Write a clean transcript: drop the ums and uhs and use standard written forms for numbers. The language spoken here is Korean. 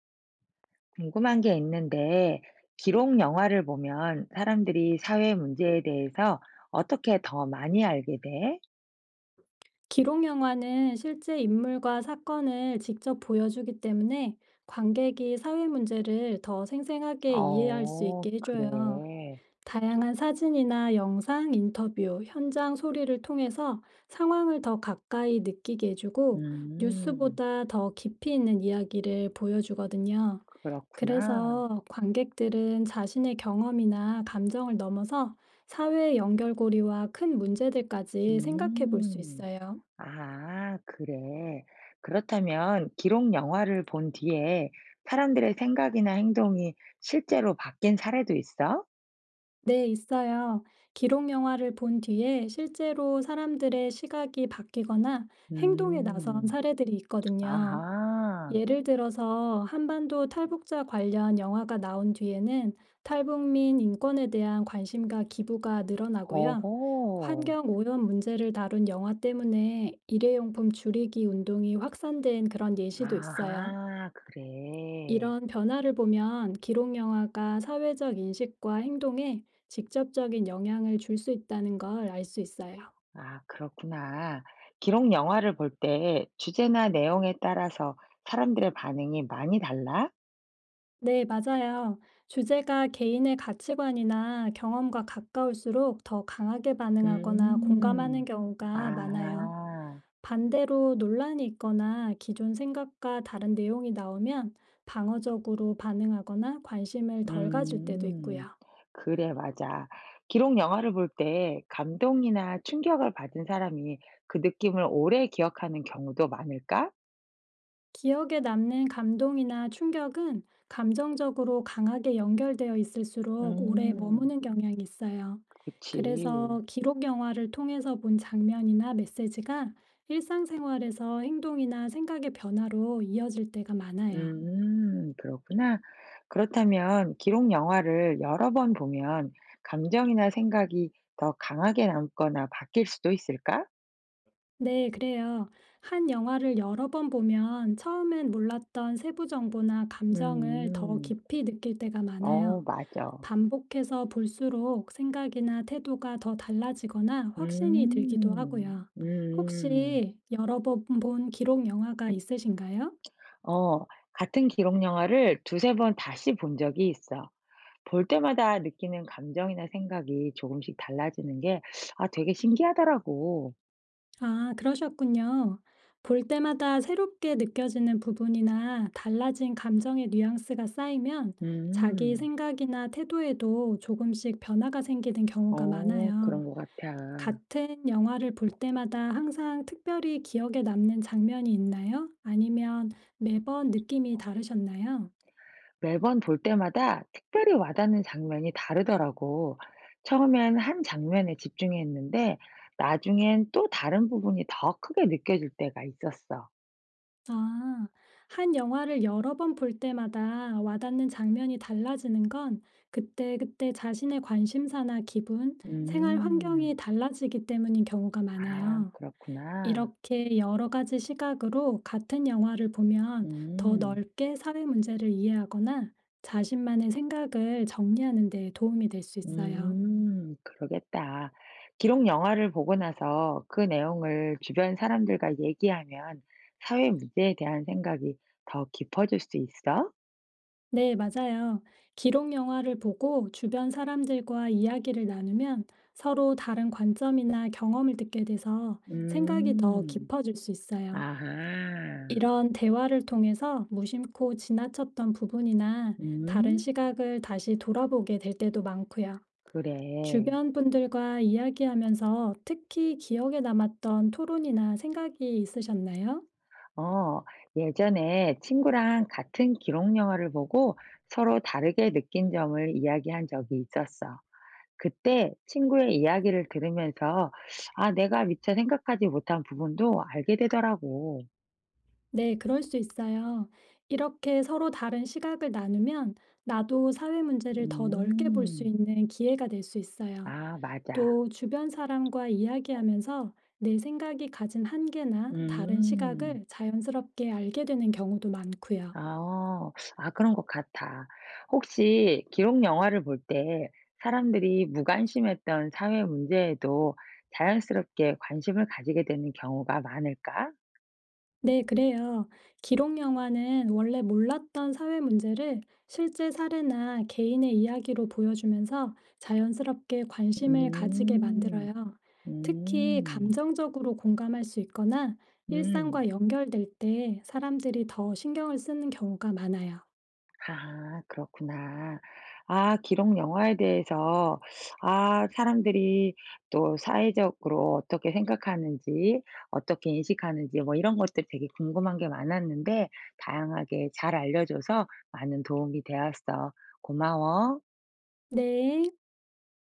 궁금한 게 있는데, 기록 영화를 보면 사람들이 사회 문제에 대해서 어떻게 더 많이 알게 돼? 기록 영화는 실제 인물과 사건을 직접 보여주기 때문에 관객이 사회 문제를 더 생생하게 이해할 수 어, 있게 해줘요. 그래. 다양한 사진이나 영상, 인터뷰, 현장 소리를 통해서 상황을 더 가까이 느끼게 해주고 음, 뉴스보다 더 깊이 있는 이야기를 보여주거든요. 그렇구나. 그래서 관객들은 자신의 경험이나 감정을 넘어서 사회의 연결고리와 큰 문제들까지 생각해 볼 수 음, 있어요. 아, 그래. 그렇다면 기록 영화를 본 뒤에 사람들의 생각이나 행동이 실제로 바뀐 사례도 있어? 네, 있어요. 기록 영화를 본 뒤에 실제로 사람들의 시각이 바뀌거나 행동에 나선 음, 사례들이 있거든요. 아하, 예를 들어서 한반도 탈북자 관련 영화가 나온 뒤에는 탈북민 인권에 대한 관심과 기부가 늘어나고요. 어허. 환경 오염 문제를 다룬 영화 때문에 일회용품 줄이기 운동이 확산된 그런 예시도 있어요. 아하 그래. 이런 변화를 보면 기록 영화가 사회적 인식과 행동에 직접적인 영향을 줄 수 있다는 걸 알 수 있어요. 아 그렇구나. 기록 영화를 볼 때 주제나 내용에 따라서 사람들의 반응이 많이 달라? 네, 맞아요. 주제가 개인의 가치관이나 경험과 가까울수록 더 강하게 음. 반응하거나 공감하는 음. 경우가 많아요. 아하. 반대로 논란이 있거나 기존 생각과 다른 내용이 나오면 방어적으로 반응하거나 관심을 덜 가질 때도 음. 있고요. 그래 맞아. 기록 영화를 볼 때 감동이나 충격을 받은 사람이 그 느낌을 오래 기억하는 경우도 많을까? 기억에 남는 감동이나 충격은 감정적으로 강하게 연결되어 있을수록 오래 음. 머무는 경향이 있어요. 그치. 그래서 기록 영화를 통해서 본 장면이나 메시지가 일상생활에서 행동이나 생각의 변화로 이어질 때가 많아요. 그렇구나. 그렇다면 기록 영화를 여러 번 보면 감정이나 생각이 더 강하게 남거나 바뀔 수도 있을까? 네, 그래요. 한 영화를 여러 번 보면 처음엔 몰랐던 세부 정보나 감정을 더 음. 깊이 느낄 때가 어 많아요. 맞아. 반복해서 볼수록 생각이나 태도가 더 달라지거나 확신이 들기도 음. 하고요. 음. 혹시 여러 번 본 기록 영화가 있으신가요? 어 같은 기록 영화를 두세 번 다시 본 적이 있어. 볼 때마다 느끼는 감정이나 생각이 조금씩 달라지는 게 아 되게 신기하더라고. 아, 그러셨군요. 볼 때마다 새롭게 느껴지는 부분이나 달라진 감정의 뉘앙스가 쌓이면 자기 음. 생각이나 태도에도 조금씩 변화가 생기는 경우가 어 많아요. 그런 것 같아. 같은 영화를 볼 때마다 항상 특별히 기억에 남는 장면이 있나요? 아니면 매번 느낌이 다르셨나요? 매번 볼 때마다 특별히 와닿는 장면이 다르더라고. 처음엔 한 장면에 집중했는데 나중엔 또 다른 부분이 더 크게 느껴질 때가 있었어. 아, 한 영화를 여러 번 볼 때마다 와닿는 장면이 달라지는 건 그때그때 자신의 관심사나 기분, 생활 환경이 음. 달라지기 때문인 경우가 아, 많아요. 그렇구나. 이렇게 여러 가지 시각으로 같은 영화를 보면 더 음. 넓게 사회 문제를 이해하거나 자신만의 생각을 정리하는 데 도움이 될 수 있어요. 그러겠다. 기록 영화를 보고 나서 그 내용을 주변 사람들과 얘기하면 사회 문제에 대한 생각이 더 깊어질 수 있어? 네, 맞아요. 기록 영화를 보고 주변 사람들과 이야기를 나누면 서로 다른 관점이나 경험을 듣게 돼서 생각이 더 음. 깊어질 수 있어요. 아하. 이런 대화를 통해서 무심코 지나쳤던 부분이나 다른 음. 시각을 다시 돌아보게 될 때도 많고요. 그래. 주변 분들과 이야기하면서 특히 기억에 남았던 토론이나 생각이 있으셨나요? 어, 예전에 친구랑 같은 기록 영화를 보고 서로 다르게 느낀 점을 이야기한 적이 있었어. 그때 친구의 이야기를 들으면서, 아, 내가 미처 생각하지 못한 부분도 알게 되더라고. 네, 그럴 수 있어요. 이렇게 서로 다른 시각을 나누면 나도 사회 문제를 더 넓게 볼 수 음, 있는 기회가 될 수 있어요. 아, 맞아. 또 주변 사람과 이야기하면서 내 생각이 가진 한계나 다른 음. 시각을 자연스럽게 알게 되는 경우도 많고요. 아. 어. 아 그런 것 같아. 혹시 기록 영화를 볼 때 사람들이 무관심했던 사회 문제에도 자연스럽게 관심을 가지게 되는 경우가 많을까? 네, 그래요. 기록 영화는 원래 몰랐던 사회 문제를 실제 사례나 개인의 이야기로 보여주면서 자연스럽게 관심을 가지게 음. 만들어요. 음. 특히 음. 감정적으로 공감할 수 있거나 음. 일상과 연결될 때 사람들이 더 신경을 쓰는 경우가 많아요. 아 그렇구나. 기록 영화에 대해서 사람들이 또 사회적으로 어떻게 생각하는지 어떻게 인식하는지 뭐 이런 것들 되게 궁금한 게 많았는데 다양하게 잘 알려 줘서 많은 도움이 되었어. 고마워. 네.